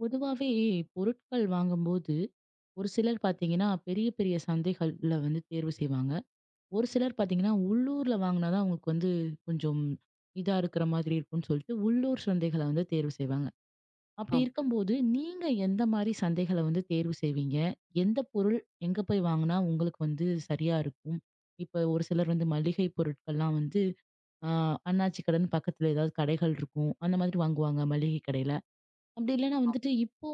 பொதுவாவே பொருட்கள் வாங்கும்போது, ஒரு சிலர் பார்த்தீங்கன்னா, பெரிய பெரிய சந்தைகள்ல வந்து தேர்வு செய்வாங்க. ஒரு சிலர் பார்த்தீங்கன்னா, உள்ளூர்ல வாங்குனா தான் அவங்களுக்கு வந்து கொஞ்சம் இதா இருக்கிற மாதிரி இருக்கும்னு சொல்லிட்டு, உள்ளூர் சந்தைகள வந்து தேர்வு செய்வாங்க. அப்படி ஆமா. இருக்கும்போது, நீங்க எந்த மாரி சந்தைகள வந்து தேர்வு செய்வீங்க? எந்த பொருள் எங்க போய் வாங்குனா உங்களுக்கு வந்து சரியா இருக்கும்? இப்ப ஒரு சிலர் வந்து மளிகை பொருட்கள்லாம் வந்து, அ அண்ணாச்சி கடன் பக்கத்துல ஏதாவது கடைகள் இருக்கும். அந்த மாதிரி வாங்குவாங்க மளிகை கடையில. அப்படி இல்லன்னா ஆம். வந்துட்டு இப்போ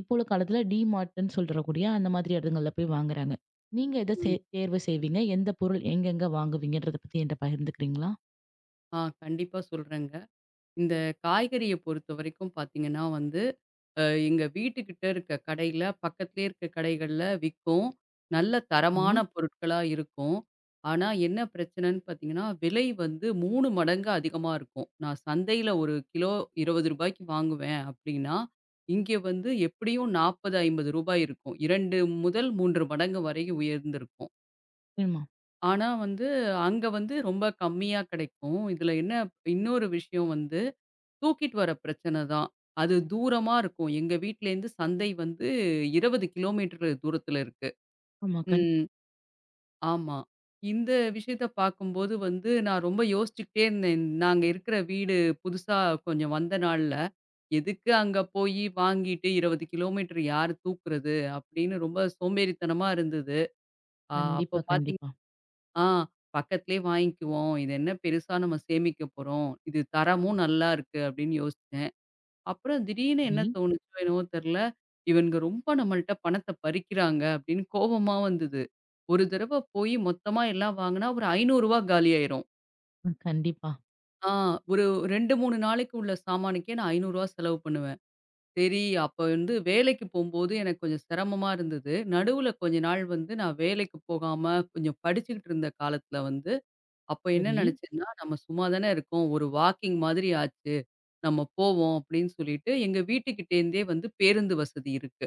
இப்போ உள்ள காலத்துல டிமார்ட்ன்னு சொல்றக்கூடிய அந்த மாதிரி இடங்கள்ல போய் வாங்குறாங்க. நீங்க எத சே ம். தேர்வு செய்வீங்க? எந்த பொருள் எங்கெங்க வாங்குவீங்கன்றத பத்தி என்ட்ட பகிர்ந்துக்கிறீங்களா? கண்டிப்பா சொல்றேங்க. இந்த காய்கறிய பொறுத்தவரைக்கும் பார்த்தீங்கன்னா வந்து, அ எங்க வீட்டுக்கிட்ட இருக்க கடையில, பக்கத்திலேயே இருக்க கடைகள்ல விக்கும். நல்ல சரி. தரமான பொருட்களா இருக்கும். ஆனா என்ன பிரச்சனைன்னு பார்த்தீங்கன்னா, விலை வந்து 3 மடங்கு அதிகமா இருக்கும். நான் சந்தையில 1 கிலோ ரூ. 20க்கு வாங்குவேன் அப்படின்னா, இங்கே வந்து எப்படியும் ரூ. 40, ரூ. 50 இருக்கும். 2 முதல் 3 மடங்கு வரை உயர்ந்திருக்கும். ஆமா. ஆனா வந்து, அங்க வந்து ரொம்ப கம்மியா கிடைக்கும். இதுல என்ன இன்னொரு விஷயம் வந்து, தூக்கிட்டு வர பிரச்சனை தான். அது தூரமா இருக்கும். எங்க வீட்லேருந்து சந்தை வந்து 20 கிலோமீட்டர் தூரத்துல இருக்கு. ஆமா. ம். ஆமா. இந்த விஷயத்த பார்க்கும்போது வந்து, நான் ரொம்ப யோசிச்சுக்கிட்டே இருந்தேன். நாங்க இருக்கிற வீடு புதுசா கொஞ்சம் வந்த நாள்ல, எதுக்கு அங்க போயி வாங்கிட்டு 20 கிலோமீட்டர் யார் தூக்குறது? அப்படின்னு ரொம்ப சோம்பேறித்தனமா இருந்தது. அ கண்டிப்பா, அப்ப பார்த்தீங்கன்னா கண்டிப்பா. ஆ பக்கத்திலேயே வாங்கிக்குவோம். இது என்ன பெருசா நம்ம சேமிக்க போறோம். இது தரமும் நல்லா இருக்கு அப்படின்னு யோசிச்சேன். அப்புறம் திடீர்னு என்ன சரி. தோணுச்சோ என்னவோ தெரியல. இவனுங்க ரொம்ப நம்மள்ட்ட பணத்த பறிக்கிறாங்க அப்படின்னு கோவமா வந்தது. ஒரு தடவ போய் மொத்தமா எல்லாம் வாங்குனா ஒரு ரூ. 500 காலியாயிரும். ம். கண்டிப்பா. ஆ ஒரு 2, 3 நாளைக்கு உள்ள சாமானுக்கே நான் ரூ. 500 செலவு பண்ணுவேன். சரி அப்ப வந்து வேலைக்கு போம்போது எனக்கு கொஞ்சம் சிரமமா இருந்தது. நடுவுல கொஞ்ச நாள் வந்து நான் வேலைக்கு போகாம கொஞ்சம் படிச்சுக்கிட்டு இருந்த காலத்துல வந்து அப்ப என்ன சரி, நெனச்சேன்னா, நம்ம சும்மா தானே இருக்கோம். ஒரு வாக்கிங் மாதிரி ஆச்சு. நம்ம போவோம் அப்படின்னு சொல்லிட்டு, எங்க வீட்டுக்கிட்டேருந்தே வந்து பேருந்து வசதி இருக்கு.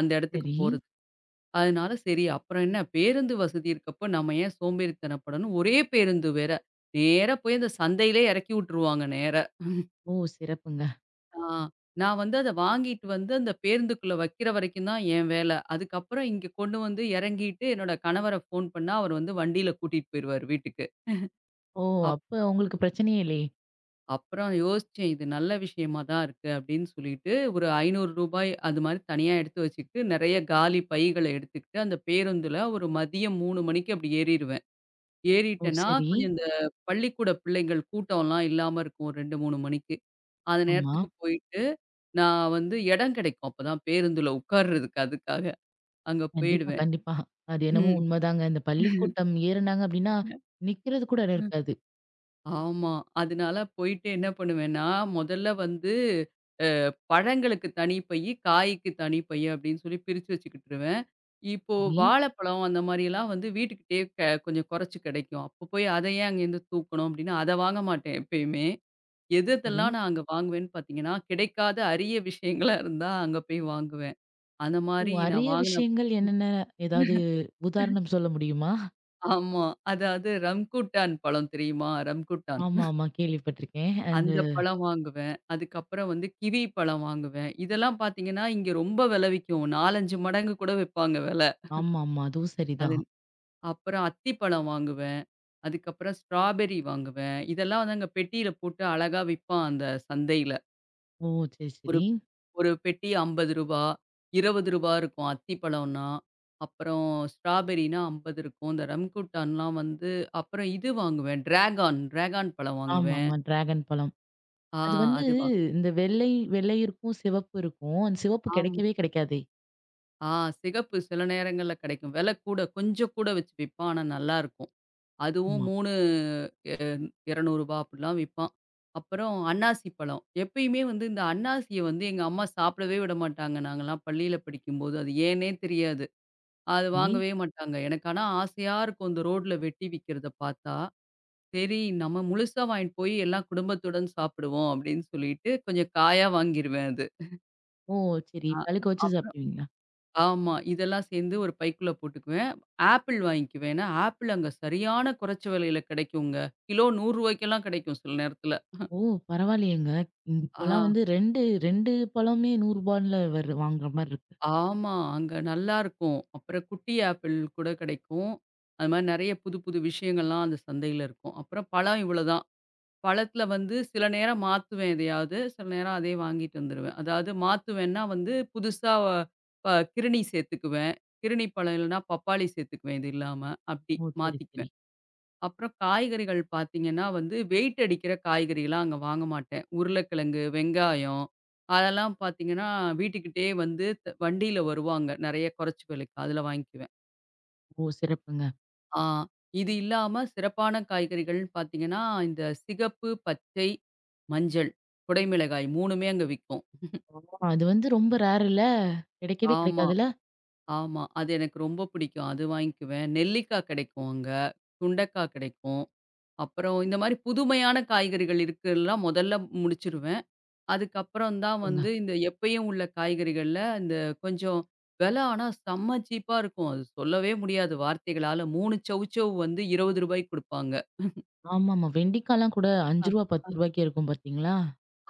அந்த இடத்துக்கு சரி. போறது. அதனால சரி அப்புறம் என்ன பேருந்து வசதி இருக்கப்ப நம்ம ஏன் சோம்பேறித்தனப்படணும். ஒரே பேருந்து வேற. நேரா போய் அந்த சந்தையிலே எறக்கி விட்டுருவாங்க நேரா. ஓ! சிறப்புங்க. ஆ நான் வந்து அத வாங்கிட்டு வந்து அந்த பேருந்துக்குள்ள வைக்கிற வரைக்கும் தான் என் வேல. அதுக்கப்புறம் இங்க கொண்டு வந்து எறங்கிட்டு என்னோட கணவர ஃபோன் பண்ணா, அவர் வந்து வண்டியில கூட்டிட்டு போயிருவாரு வீட்டுக்கு. ஓ! அப்ப உங்களுக்கு பிரச்சனையே இல்லையே! அப்புறம் யோசிச்சேன். இது நல்ல விஷயமா தான் இருக்கு அப்படின்னு சொல்லிட்டு, ஒரு ரூ. 500 அது மாரி தனியா எடுத்து வச்சுக்கிட்டு, நெறைய காலி பைகள எடுத்துக்கிட்டு, அந்த பேருந்துல ஒரு மதியம் 3 மணிக்கு அப்படி ஏறிருவேன். ஓ! ஏறிட்டேன்னா, சரி. கொஞ்சம் இந்த பள்ளிக்கூட பிள்ளைங்கள் கூட்டம்லாம் இல்லாம இருக்கும். ஒரு 2, 3 மணிக்கு. அந்த ஆமா. நேரத்துக்கு போயிட்டு, நான் வந்து இடம் கிடைக்கும். அப்பதான் பேருந்துல உட்கார்றதுக்கு அதுக்காக. அங்க கண்டிப்பா, போயிடுவேன். கண்டிப்பா. அது என்னமோ ம். உண்மதாங்க. இந்த பள்ளிக்கூட்டம் ஏறுனாங்க அப்படின்னா, நிக்கிறது கூட இடம் இருக்காது. ஆமா. அதனால போயிட்டு என்ன பண்ணுவேன்னா, முதல்ல வந்து பழங்களுக்கு தனி பையி, காய்க்கு தனி பையி அப்படின்னு சொல்லி பிரிச்சு வச்சுக்கிட்டுருவேன். இப்போ சரி, வாழைப்பழம் அந்த மாரியெல்லாம் வந்து வீட்டுக்கிட்டயே கொஞ்சம் குறைச்சு கிடைக்கும். அப்போ போய் அத ஏன் அங்கேருந்து தூக்கணும் அப்படின்னு அத வாங்க மாட்டேன் எப்பயுமே. எது சரி. எதெல்லாம் நான் அங்க வாங்குவேன்னு பார்த்தீங்கன்னா, கிடைக்காத அரிய விஷயங்களா இருந்தா அங்க போய் வாங்குவேன். அந்த ஓ! மாரி நான் அரிய வாங்கின. விஷயங்கள் என்னென்ன? ஏதாவது உதாரணம் சொல்ல முடியுமா? ஆமா. அதாவது ரம்குட்டான் பழம் தெரியுமா? ரம்குட்டான். ஆமா, ஆமா. கேள்விப்பட்டிருக்கேன். அந்த அந்த பழம் வாங்குவேன். அதுக்கப்புறம் வந்து கிவி பழம் வாங்குவேன். இதெல்லாம் பார்த்தீங்கன்னா, இங்க ரொம்ப வில விக்கும். 4, 5 மடங்கு கூட விப்பாங்க வில. ஆமாமா. அதுவும் அது சரிதான். அப்புறம் அத்திப்பழம் வாங்குவேன். அதுக்கப்புறம் ஸ்ட்ராபெர்ரி வாங்குவேன். இதெல்லாம் வந்து அங்க பெட்டியில போட்டு அழகா விப்பான் அந்த சந்தையில. ஓ! சரி, ஒரு சரி. ஒரு பெட்டி ரூ. 50 ரூ. 20 இருக்கும் அத்திப்பழம்னா. அப்புறம் ஸ்ட்ராபெர்ரினா 50 இருக்கும். இந்த ரம்குட்டான்லாம் வந்து அப்புறம் இது வாங்குவேன். டிராகான் டிராகான் பழம் வாங்குவேன். ஆமாமா. டிராகன் பழம். ஆ அது வந்து அதுவா இந்த வெள்ளை வெள்ளை இருக்கும், சிவப்பு இருக்கும். அந்த சிவப்பு ஆமா. கிடைக்கவே கிடைக்காதே! ஆ சிகப்பு சில நேரங்கள்ல கிடைக்கும். விலை கூட கொஞ்சம் கூட வச்சு விப்பான். ஆனா நல்லாருக்கும். அதுவும் ஆமா. 3 ரூ. 200 அப்படிலாம் விப்பான். அப்புறம் அன்னாசி பழம். எப்பயுமே வந்து இந்த அன்னாசிய வந்து எங்க அம்மா சாப்பிடவே விட மாட்டாங்க. நாங்கலாம் பள்ளியில படிக்கும்போது. அது ஏன்னே தெரியாது. அது சரி. வாங்கவே மாட்டாங்க. எனக்கு ஆனா ஆசையா இருக்கும் இந்த ரோட்ல வெட்டி விக்கிறத பார்த்தா. சரி நம்ம முழுசா வாங்கிட்டு போய் எல்லாம் குடும்பத்துடன் சாப்பிடுவோம் அப்படின்னு சொல்லிட்டு கொஞ்சம் காயா வாங்கிருவேன் அது. ஓ! சரி. அ பழுக்க வச்சு அப்புறம் சாப்பிடுவீங்களா? ஆமா. இதெல்லாம் சேர்ந்து ஒரு பைக்குள்ள போட்டுக்குவேன். ஆப்பிள் வாங்கிக்குவேன். ஏன்னா, ஆப்பிள் அங்க சரியான குறைச்ச விலையில கிடைக்குங்க. கிலோ ரூ. 100க்கெல்லாம் கிடைக்கும் சில நேரத்துல. ஓ! பரவாயில்லையேங்க. இப்பலாம் ஆ, வந்து 2 2 பழமே ரூ. 100 வரு வாங்குற மாரி இருக்கு. ஆமா. அங்க நல்லாருக்கும். அப்புறம் குட்டி ஆப்பிள் கூட கிடைக்கும். அது மாரி நெறைய புது புது விஷயங்கள்லாம் அந்த சந்தையில இருக்கும். அப்புறம் பழம் இவ்வளதான். பழத்துல வந்து சில நேரம் மாத்துவேன் எதையாவது. சில நேரம் அதே வாங்கிட்டு வந்துருவேன். அதாவது மாத்துவேன்னா வந்து புதுசா ப கிருணி சேர்த்துக்குவேன். கிருணி பழம் இல்லன்னா பப்பாளி சேர்த்துக்குவேன் இது இல்லாம. அப்படி ஓ! சரி, சரி. மாத்திக்குவேன். அப்புறம் காய்கறிகள் பார்த்தீங்கன்னா வந்து, வெயிட் அடிக்கிற காய்கறிலாம் அங்க வாங்க மாட்டேன். உருளைக்கிழங்கு, வெங்காயம் அதெல்லாம் பார்த்தீங்கன்னா, வீட்டுக்கிட்டயே வந்து வண்டியில வருவாங்க. நெறைய குறைச்ச விலைக்கு. அதில வாங்கிக்குவேன். ஓ! சிறப்புங்க. ஆ இது இல்லாம சிறப்பான காய்கறிகள்னு பார்த்தீங்கன்னா, இந்த சிகப்பு, பச்சை, மஞ்சள், குடைமிளகாய் 3மே அங்க விக்கும். ஆமா. அது வந்து ரொம்ப ரேர் இல்ல? கிடைக்கவே ஆமா, கிடைக்காதுல்ல? ஆமா. அது எனக்கு ரொம்ப பிடிக்கும். அது வாங்கிக்குவேன். நெல்லிக்காய் கிடைக்கும் அங்க. சுண்டைக்காய் கிடைக்கும். அப்புறம் இந்த மாரி புதுமையான காய்கறிகள் இருக்குல்லாம் முதல்ல முடிச்சுருவேன். அதுக்கப்புறம் தான் வந்து இந்த எப்பயும் உள்ள காய்கறிகள்ல இந்த கொஞ்சம் விலை ஆனா செம்ம சீப்பா இருக்கும். அது சொல்லவே முடியாது வார்த்தைகளால. 3 சவுச்சவ் வந்து ரூ. 20 குடுப்பாங்க. ஆமாமா. வெண்டிக்காலாம் கூட ரூ. ஆ. 5 ரூ. 10க்கே இருக்கும் பார்த்தீங்களா?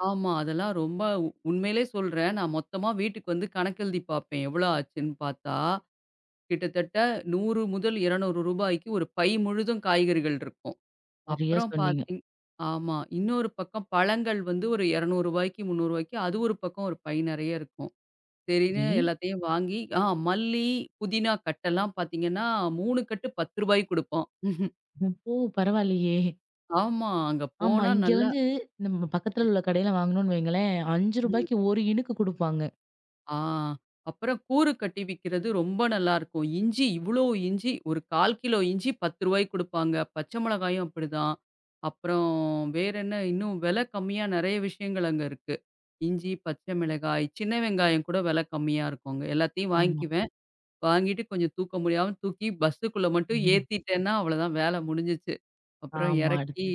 ஆமா. அதெல்லாம் ரொம்ப உண்மையிலே சொல்றேன். நான் மொத்தமா வீட்டுக்கு வந்து கணக்கெழுதி பார்ப்பேன். எவ்வளோ ஆச்சுன்னு பார்த்தா, கிட்டத்தட்ட 100 முதல் ரூ. 200க்கு ஒரு பை முழுதும் காய்கறிகள் இருக்கும். சரியா அப்புறம் சொன்னீங்க. பார்த்தீங் ஆமா. இன்னொரு பக்கம் பழங்கள் வந்து ஒரு ரூ. 200 ரூ. 300 அது ஒரு பக்கம் ஒரு பை நெறைய இருக்கும். சரின்னு சரி. எல்லாத்தையும் வாங்கி. மல்லி, புதினா கட்டெல்லாம் பார்த்தீங்கன்னா, 3 கட்டு ரூ. 10 குடுப்போம். இப்போ பரவாயில்லையே! ஆமா. அங்க ஆமா. போனா இங்க நல்லா. வந்து நம்ம பக்கத்துல உள்ள கடையில வாங்குனோம்னு வைங்களேன், ரூ. ம். 5க்கு 1 இனுக்கு குடுப்பாங்க. ஆ அப்புறம் கூறு கட்டி விக்கிறது ரொம்ப நல்லாருக்கும். இஞ்சி இவ்ளோ இஞ்சி ஒரு 1/4 கிலோ இஞ்சி ரூ. 10 குடுப்பாங்க. பச்சை மிளகாயும் அப்படிதான். அப்புறம் வேற என்ன இன்னும் விலை கம்மியா நெறைய விஷயங்கள் அங்க இருக்கு. இஞ்சி, பச்சை மிளகாய், சின்ன வெங்காயம் கூட விலை கம்மியா இருக்குங்க. எல்லாத்தையும் ஆமா. வாங்கிக்குவேன். வாங்கிட்டு கொஞ்சம் தூக்க முடியாம தூக்கி பஸ்ஸுக்குள்ள மட்டும் ம். ஏத்திட்டேன்னா அவ்வளோதான் வேலை முடிஞ்சுச்சு. அப்புறம் ஆமா. இறக்கி அடுத்து.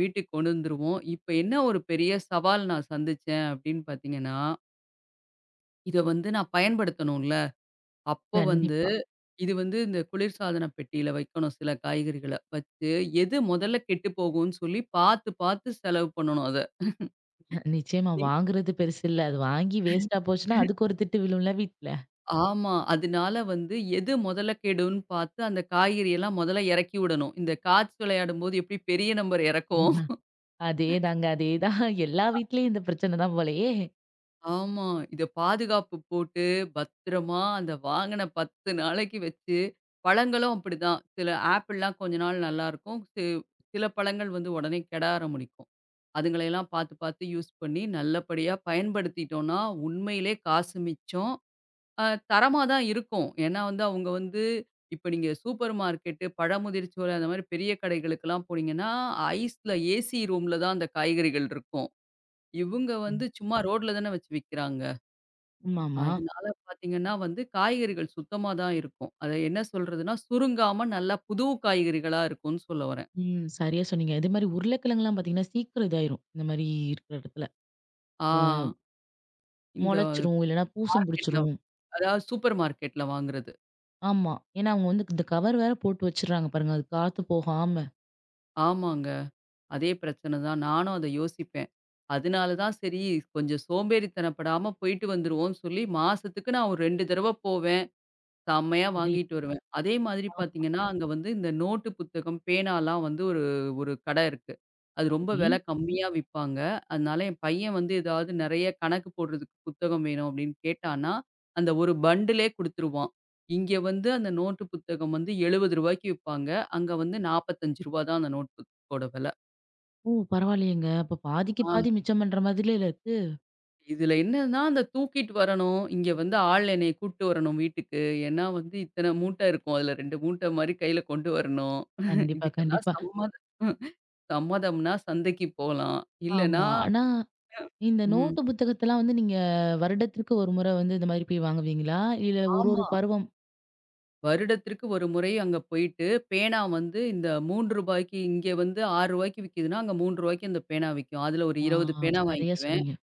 வீட்டுக்கு கொண்டு வந்துருவோம். இப்ப என்ன ஒரு பெரிய சவால் நான் சந்திச்சேன் அப்படின்னு பார்த்தீங்கன்னா, இத வந்து நான் பயன்படுத்தணும்ல. அப்போ வந்து கண்டிப்பா. இது வந்து இந்த குளிர்சாதன பெட்டியில வைக்கணும் சில காய்கறிகள வச்சு, எது முதல்ல கெட்டு போகும்ன்னு சொல்லி பார்த்து பார்த்து செலவு பண்ணணும் அத. நிச்சயமா வாங்குறது பெருசு இல்ல. அது வாங்கி வேஸ்ட்டா போச்சுன்னா, அதுக்கு ஒரு திட்டு விழும்ல வீட்ல. ஆமா. அதனால வந்து எது முதல்ல கெடும்ன்னு பார்த்து அந்த காய்கறியெல்லாம் முதல்ல இறக்கி விடணும். இந்த கார்ட்ஸ் விளையாடும்போது எப்படி பெரிய நம்பர் இறக்கும். ம். அதேதாங்க. அதேதான். எல்லா வீட்லயும் இந்த பிரச்சனை தான் போலயே! ஆமா. இத பாதுகாப்பு போட்டு, பத்திரமா அந்த வாங்குன 10 நாளைக்கு வச்சு, பழங்களும் அப்படிதான். சில ஆப்பிள்லாம் கொஞ்ச நாள் நல்லாருக்கும். சில பழங்கள் வந்து உடனே கெட ஆரம்பிக்கும். அதுங்களையெல்லாம் பார்த்து, பார்த்து யூஸ் பண்ணி நல்லபடியா பயன்படுத்திட்டோம்னா, உண்மையிலே காசு மிச்சம். அ தரமா தான் இருக்கும். ஏன்னா வந்து அவங்க வந்து இப்ப நீங்க சூப்பர் மார்க்கெட்டு, பழமுதிர்ச்சோலை அந்த மாரி பெரிய கடைகளுக்கெல்லாம் போனீங்கன்னா, ஐஸ்ல ஏசி ரூம்ல தான் அந்த காய்கறிகள் இருக்கும். இவங்க ம். வந்து சும்மா ரோட்ல தானே வச்சு விக்கிறாங்க. ஆமாமா. அதனால பார்த்தீங்கன்னா வந்து காய்கறிகள் சுத்தமா தான் இருக்கும். அத என்ன சொல்றதுன்னா, சுருங்காம நல்லா புது காய்கறிகளா இருக்கும்னு சொல்ல வரேன். ம். சரியா சொன்னீங்க. இதே மாரி உருளைக்கிழங்குலாம் பார்த்தீங்கன்னா, சீக்கிரம் இதாயிரும். இந்த மாரி இருக்கிற இடத்துல. ஆ இந்த மொளச்சுரும். இல்லன்னா பூசம் மார்க்கெட்ல பிடிச்சிரும். அதாவது சூப்பர் மார்க்கெட்ல வாங்குறது. ஆமா. ஏன்னா அவங்க வந்து இந்த கவர் வேற போட்டு வச்சுடுறாங்க பாருங்க. அது காத்து போகாம. ஆமாங்க. அதே பிரச்சனை தான். நானும் அத யோசிப்பேன். அதனால தான் சரி கொஞ்சம் சோம்பேறித்தனப்படாம போயிட்டு வந்துருவோம்னு சொல்லி மாசத்துக்கு நான் ஒரு 2 தடவ போவேன். செம்மையா சரி. வாங்கிட்டு வருவேன். அதே மாதிரி ஆமா. பார்த்தீங்கன்னா, அங்க வந்து இந்த நோட்டு புத்தகம், பேனாலாம் வந்து ஒரு ஒரு கடை இருக்கு. அது ரொம்ப சரி. விலை கம்மியா விப்பாங்க. அதனால என் பையன் வந்து ஏதாவது நெறைய கணக்கு போடுறதுக்கு புத்தகம் வேணும் அப்படின்னு கேட்டான்னா, அந்த ஒரு பண்டிலே குடுத்துருவான். இங்க வந்து அந்த நோட்டு புத்தகம் வந்து ரூ. 70க்கு விப்பாங்க. அங்க வந்து ரூ. 45 தான் அந்த நோட் புத்தகத்தோட விலை. ஓ! பரவாயில்லையேங்க. அப்ப பாதிக்கு ஆ. பாதி மிச்சம் பண்ற மாதிரில இருக்கு. இதுல என்னன்னா, அந்த தூக்கிட்டு வரணும். இங்க வந்து ஆள் என்னைய கூட்டு வரணும் வீட்டுக்கு. ஏன்னா வந்து இத்தன மூட்டை இருக்கும். அதுல 2 மூட்டை மாரி கையில கொண்டு வரணும். கண்டிப்பா, இதுக்கெல்லாம் கண்டிப்பா. சம்மதம்னா சந்தைக்கு போலாம். இல்லன்னா ஆமா. ஆனா இந்த ம். நோட்டு புத்தகத்தெல்லாம் வந்து நீங்க வருடத்திற்கு ஒரு முறை வந்து இந்த மாதிரி போய் வாங்குவீங்களா? இல்ல ஒரு ஒரு ஆமா. பருவம். வருடத்திற்கு ஒரு முறை அங்க போயிட்டு, பேனா வந்து இந்த ரூ. 3 இங்க வந்து ரூ. 6 விக்குதுன்னா, அங்க ரூ. 3 அந்த பேனா விக்கும். அதுல ஒரு ஆ 20 பேனா சரியா வாங்கிக்குவேன். சொன்னீங்க.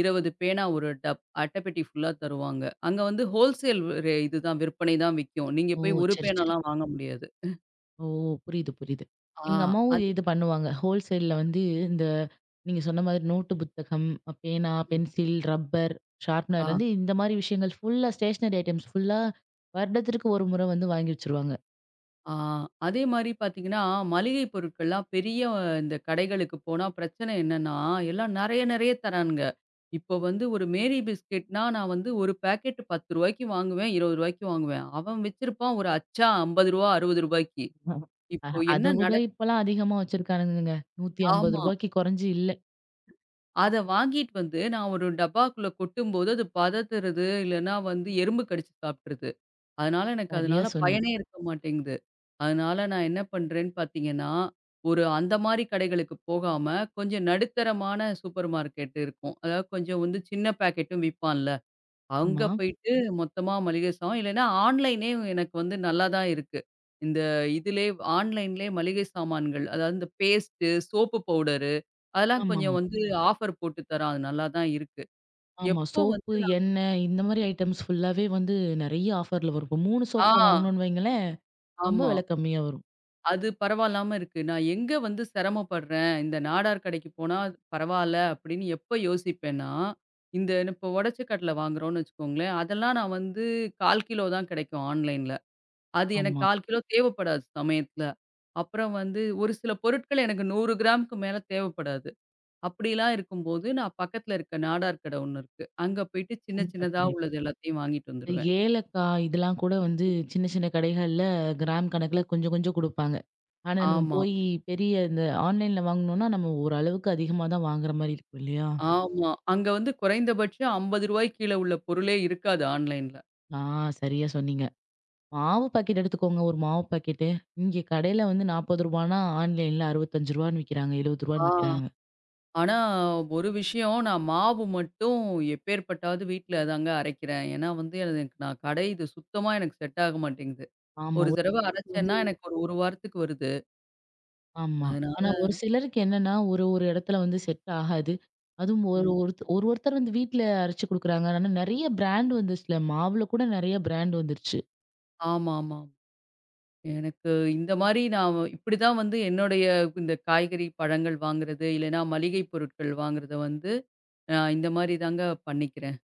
20 பேனா ஒரு டப் அட்டைப்பெட்டி ஃபுல்லா தருவாங்க. அங்க வந்து ஹோல்சேல் இதுதான் விற்பனை தான் விக்கும். நீங்க ஓ! போய் ஒரு சரி, சரி. பேனாலாம் வாங்க முடியாது. ஓ! புரியுது, புரியுது. ஆ எங்க அம்மாவும் அது இது பண்ணுவாங்க. ஹோல்சேல்ல வந்து இந்த நீங்க சொன்ன மாதிரி நோட்டு புத்தகம், பேனா, பென்சில், ரப்பர், ஆ ஷார்ப்னர்லேருந்து இந்த மாரி விஷயங்கள் ஃபுல்லா ஸ்டேஷனரி ஐட்டம்ஸ் ஃபுல்லா வருடத்திற்கு ஒரு முறை வந்து வாங்கி வச்சுருவாங்க. ஆ அதே மாரி பார்த்தீங்கன்னா, மளிகை பொருட்கள்லாம் பெரிய இந்த கடைகளுக்கு போனா பிரச்சனை என்னன்னா, எல்லாம் நெறைய நெறைய தரானுங்க. இப்போ வந்து ஒரு மேரி பிஸ்கட்னா நான் வந்து ஒரு பாக்கெட் ரூ. 10க்கு வாங்குவேன், ரூ. 20க்கு வாங்குவேன். அவன் வச்சிருப்பான் ஒரு அச்சா ரூ. 50, ரூ. 60க்கு. அ இப்போ அத என்ன விட நட இப்பலாம் அதிகமா வச்சிருக்கானுங்கங்க. ரூ. ஆமா. 150க்கு குறைஞ்சு இல்ல. அத வாங்கிட்டு வந்து நான் ஒரு டப்பாக்குள்ள கொட்டும்போது, அது பதத்துறது, இல்லன்னா வந்து எறும்பு கடிச்சு சாப்ட்டுருது. சரியா அதனால சொன்னீங்க. பயனே இருக்க மாட்டேங்குது. அதனால நான் என்ன பண்றேன்னு பார்த்தீங்கன்னா, ஒரு அந்த மாரி கடைகளுக்கு போகாம, கொஞ்சம் நடுத்தரமான சூப்பர் மார்க்கெட் இருக்கும். அதாவது கொஞ்சம் வந்து சின்ன பாக்கெட்டும் விப்பான்ல. அங்க ஆமா. போயிட்டு மொத்தமா மளிகை சாமான் இல்லன்னா ஆன்லைனே எனக்கு வந்து நல்லா தான் இருக்கு. இந்த இதுலயே ஆன்லைன்லயே மளிகை சாமான்கள், அதாவது இந்த பேஸ்ட்டு, சோப்பு பவுடர் அதெல்லாம் ஆமாமா. கொஞ்சம் ஆமா. வந்து ஆஃபர் போட்டு தரான். அது நல்லா தான் இருக்கு. ஆமா எப்போ சோப்பு, வந்து நான் எண்ணெய் இந்த மாரி ஐட்டம்ஸ் ஃபுல்லாவே வந்து நிறைய ஆஃபர்ல வரும். இப்போ 3 சோப்பா ஆ வாங்கணும்னு வைங்களேன், ரொம்ப ஆமா. விலை கம்மியா வரும். அது பரவாயில்லாம இருக்கு. நான் எங்க வந்து சிரமப்படுறேன், இந்த நாடார் கடைக்கு போனா பரவால்ல அப்படின்னு எப்ப யோசிப்பேன்னா, இந்த இப்போ உடைச்ச கடல வாங்குறோம்னு வச்சுக்கோங்களேன், அதெல்லாம் நான் வந்து 1/4 கிலோ தான் கிடைக்கும் ஆன்லைன்ல. அது எனக்கு ஆமா. 1/4 கிலோ தேவைப்படாது சமயத்துல. அப்புறம் வந்து ஒரு சில பொருட்கள் எனக்கு 100 கிராமுக்கு மேல தேவைப்படாது. அப்படிலாம் இருக்கும்போது, நான் பக்கத்துல இருக்க நாடார் கடை ஒண்ணு இருக்கு. அங்க போயிட்டு சின்ன கண்டிப்பா, சின்னதா ம். கண்டிப்பா. உள்ளது எல்லாத்தையும் வாங்கிட்டு வந்துருவேன். ஏலக்காய் இதெல்லாம் கூட வந்து சின்ன சின்ன கடைகள்ல கிராம் கணக்குல ம். கொஞ்சம் கொஞ்சம் குடுப்பாங்க. ஆனா, நம்ம ஆமா, போய் பெரிய இந்த ஆன்லைன்ல வாங்குனோம்னா, நம்ம ஓரளவுக்கு அதிகமா தான் வாங்குற மாரி இருக்கும் இல்லையா? ஆமா. அங்க வந்து குறைந்தபட்சம் ரூ. 50 கீழ உள்ள பொருளே இருக்காது ஆன்லைன்ல. ஆ சரியா சொன்னீங்க. மாவு பாக்கெட் எடுத்துக்கோங்க, ஒரு மாவு பாக்கெட்டு. இங்க கடையில வந்து ரூ. 40னா ஆன்லைன்ல ரூ. 65ன்னு விக்கிறாங்க, ரூ. ஆ. 70ன்னு விக்கிறாங்க. ஆனா, ஒரு விஷயம் நான் மாவு மட்டும் எப்பேர்ப்பட்டாவது வீட்ல தாங்க அரைக்கிறேன். ஏன்னா வந்து எனக்கு நான் கடை இது சுத்தமா எனக்கு செட் ஆக மாட்டேங்குது. ஆமா. ஒரு தடவ ஒரு அரைச்சேன்னா எனக்கு ஒரு 1 வாரத்துக்கு வருது. ஆமா. அதனால ஆனா ஒரு சிலருக்கு என்னன்னா, ஒரு ஒரு இடத்துல வந்து செட் ஆகாது. அதுவும் ஒரு ம். ஒருத்தர் வந்து வீட்ல அரைச்சு குடுக்குறாங்க. ஆனா நெறைய பிராண்ட் வந்துருச்சுல. மாவுல கூட நெறைய பிராண்ட் வந்துருச்சு. ஆமாமா. எனக்கு இந்த மாரி நான் இப்படிதான் வந்து என்னுடைய இந்த காய்கறி, பழங்கள் வாங்குறது, இல்லைன்னா மளிகை பொருட்கள் வாங்குறத வந்து, இந்த மாரி தாங்க பண்ணிக்கிறேன்.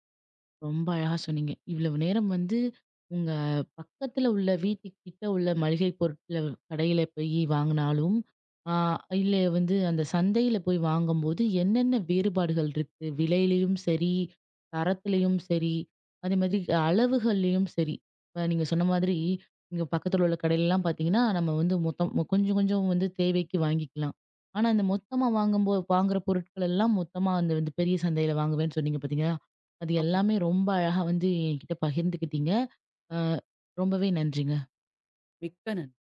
ரொம்ப அழகா சொன்னீங்க. இவ்வளவு நேரம் வந்து உங்க பக்கத்துல உள்ள வீட்டுக்கு கிட்ட உள்ள மளிகை பொருட்கள கடையில போய் வாங்குனாலும், ஆ இல்ல வந்து அந்த சந்தையில போய் வாங்கும்போது என்னென்ன வேறுபாடுகள் இருக்கு? விலையிலயும் சரி, தரத்திலயும் சரி, அதே மாதிரி அளவுகள்லயும் சரி. இப்ப நீங்க சொன்ன மாதிரி, இங்க பக்கத்துல உள்ள கடையிலலாம் பார்த்தீங்கன்னா, நம்ம வந்து கொஞ்சம் கொஞ்சம் வந்து தேவைக்கு வாங்கிக்கலாம். ஆனா, இந்த மொத்தமா வாங்கும்போ வாங்குற பொருட்கள் எல்லாம் மொத்தமா அந்த வந்து பெரிய சந்தையில வாங்குவேன்னு சொன்னீங்க பார்த்தீங்களா? அது ஆமா. எல்லாமே ரொம்ப அழகா வந்து என்கிட்ட பகிர்ந்துக்கிட்டீங்க. அ ரொம்பவே நன்றிங்க. மிக்க நன்றி.